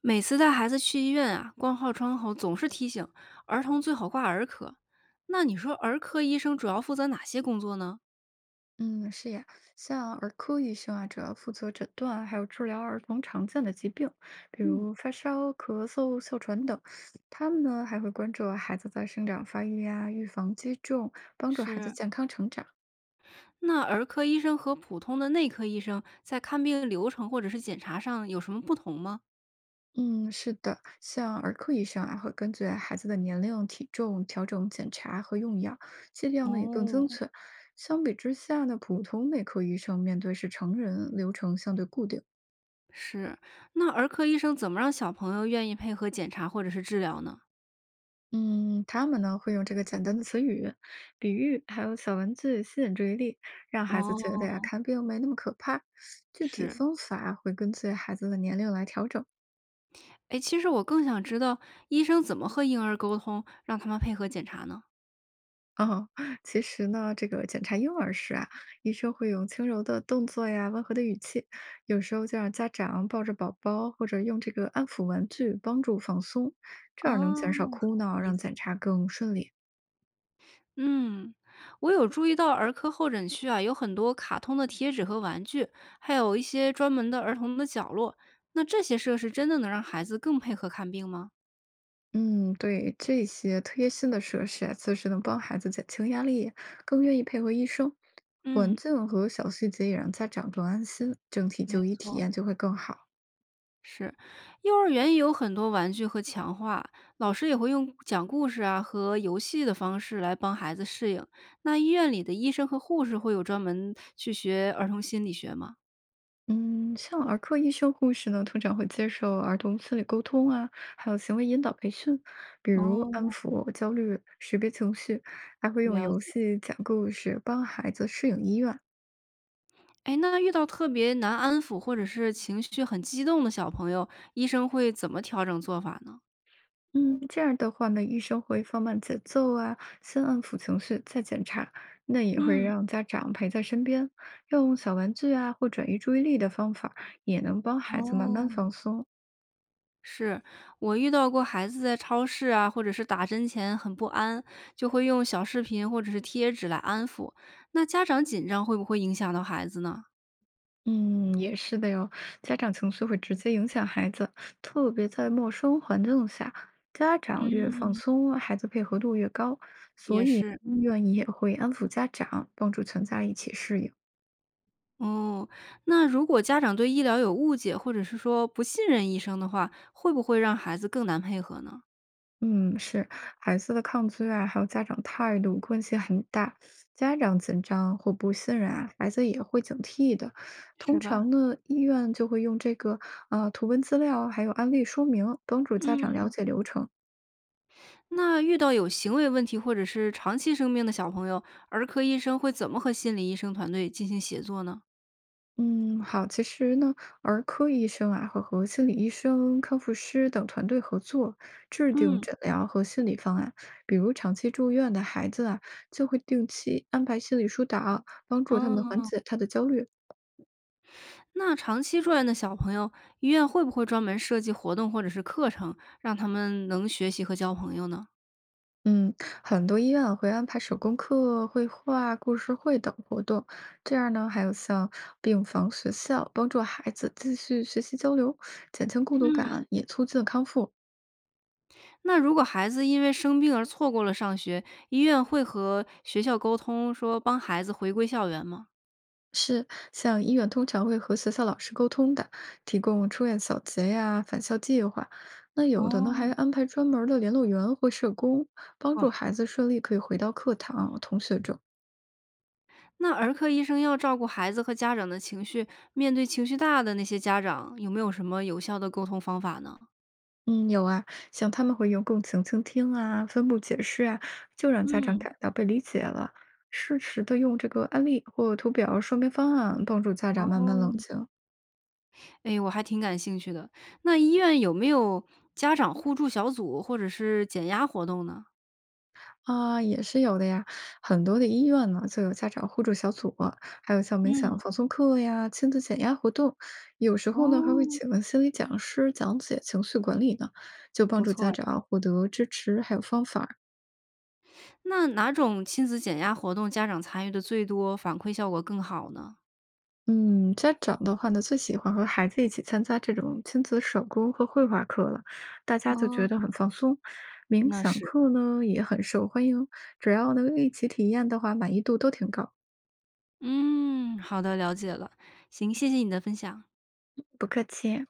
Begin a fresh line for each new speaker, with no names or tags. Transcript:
每次带孩子去医院啊，挂号窗口总是提醒儿童最好挂儿科。那你说儿科医生主要负责哪些工作呢？
嗯，是呀，像儿科医生啊，主要负责诊断还有治疗儿童常见的疾病，比
嗯，
如发烧、咳嗽、哮喘等。他们呢还会关注孩子的生长发育呀、预防接种，帮助孩子
是。
健康成长。
那儿科医生和普通的内科医生在看病流程或者是检查上有什么不同吗？
嗯，是的，像儿科医生啊，会根据孩子的年龄、体重调整检查和用药，剂量呢也更精
哦，
确。相比之下呢，普通内科医生面对是成人，流程相对固定。
是，那儿科医生怎么让小朋友愿意配合检查或者是治疗呢？
嗯，他们呢会用这个简单的词语、比喻，还有小文字吸引注意力，让孩子觉得呀，
哦，
看病没那么可怕。具体
是。
方法会根据孩子的年龄来调整。
哎，其实我更想知道医生怎么和婴儿沟通，让他们配合检查呢？
哦，其实呢，这个检查婴儿时啊，医生会用轻柔的动作呀、温和的语气，有时候就让家长抱着宝宝，或者用这个安抚玩具帮助放松，这
哦，
样能减少
很
哭闹，
有意
让
思。
检查更顺利。
嗯，我有注意到儿科候诊区啊，有很多卡通的贴纸和玩具，还有一些专门的儿童的角落。那这些设施真的能让孩子更配合看病吗？
嗯，对，这些贴心的设施啊，确实能帮孩子减轻压力，更愿意配合医生。环
嗯，
境和小细节也让家长更安心，整体
没
就医体
错，
验就会更好。
是。幼儿园也有很多玩具和强化，老师也会用讲故事啊和游戏的方式来帮孩子适应。那医院里的医生和护士会有专门去学儿童心理学吗？
嗯，像儿科医生、护士呢，通常会接受儿童心理沟通啊，还有行为引导培训，比如安
哦，
抚焦虑、识别情绪，还会用
了
游
解。
戏讲故事帮孩子适应医院。
哎，那遇到特别难安抚或者是情绪很激动的小朋友，医生会怎么调整做法呢？
嗯，这样的话呢，医生会放慢节奏啊，先安抚情绪，再检查。那也会
嗯，
让家长陪在身边，用小玩具啊或转移注意力的方法，也能帮孩子慢慢
哦，
放松。
是。我遇到过孩子在超市啊，或者是打针前很不安，就会用小视频或者是贴纸来安抚。那家长紧张会不会影响到孩子呢？
嗯，也是的哟。家长情绪会直接影响孩子，特别在陌生环境下，家长越放
嗯，
松，孩子配合度越高。
也是。
医院也会安抚家长，帮助全家一起适应。
哦，那如果家长对医疗有误解，或者是说不信任医生的话，会不会让孩子更难配合呢？
嗯，是，孩子的抗拒啊，还有家长态度关系很大。家长紧张或不信任啊，孩子也会警惕的。通
是吧？
常呢，医院就会用这个图文资料还有案例说明，帮助家长
嗯，
了解流程。
那遇到有行为问题或者是长期生病的小朋友，儿科医生会怎么和心理医生团队进行协作呢？
嗯，好，其实呢，儿科医生啊会和心理医生、康复师等团队合作，制定
嗯，
诊疗和心理方案。比如长期住院的孩子啊，就会定期安排心理疏导，帮助他们
哦，
缓解他的焦虑。
那长期住院的小朋友，医院会不会专门设计活动或者是课程，让他们能学习和交朋友呢？
嗯，很多医院啊会安排手工课、绘画、故事会等活动，这样呢，还有像病房学校，帮助孩子继续学习交流，减轻孤独
嗯，
感，也促进康复。
那如果孩子因为生病而错过了上学，医院会和学校沟通，说帮孩子回归校园吗？
是，像医院通常会和学校老师沟通的，提供出院小结呀、返校计划。那有的呢，还
哦，
安排专门儿的联络员或社工，帮助
哇，
孩子顺利可以回到课堂、同学中。
那儿科医生要照顾孩子和家长的情绪，面对情绪大的那些家长，有没有什么有效的沟通方法呢？
嗯，有啊，像他们会用共情倾听啊、分步解释啊，就让家长
嗯，
感到被理解了。适时的用这个案例或图表说明方案，帮助家长慢慢冷
哦，
静
哎，我还挺感兴趣的。那医院有没有家长互助小组或者是减压活动呢？
啊，也是有的呀。很多的医院呢，就有家长互助小组，还有像冥想
嗯，
放松课呀、亲子减压活动，有时候呢还会
哦，
请心理讲师讲解情绪管理呢，就帮
不
助
错
家
哎。
长获得支持还有方法。
那哪种亲子减压活动家长参与的最多，反馈效果更好呢？
嗯，家长的话呢，最喜欢和孩子一起参加这种亲子手工和绘画课了，大家就
哦，
觉得很放松。冥
那
想
是。
课呢也很受欢迎，只要能一起体验的话，满意度都挺高。
嗯，好的，了解了。行，谢谢你的分享。
不客气。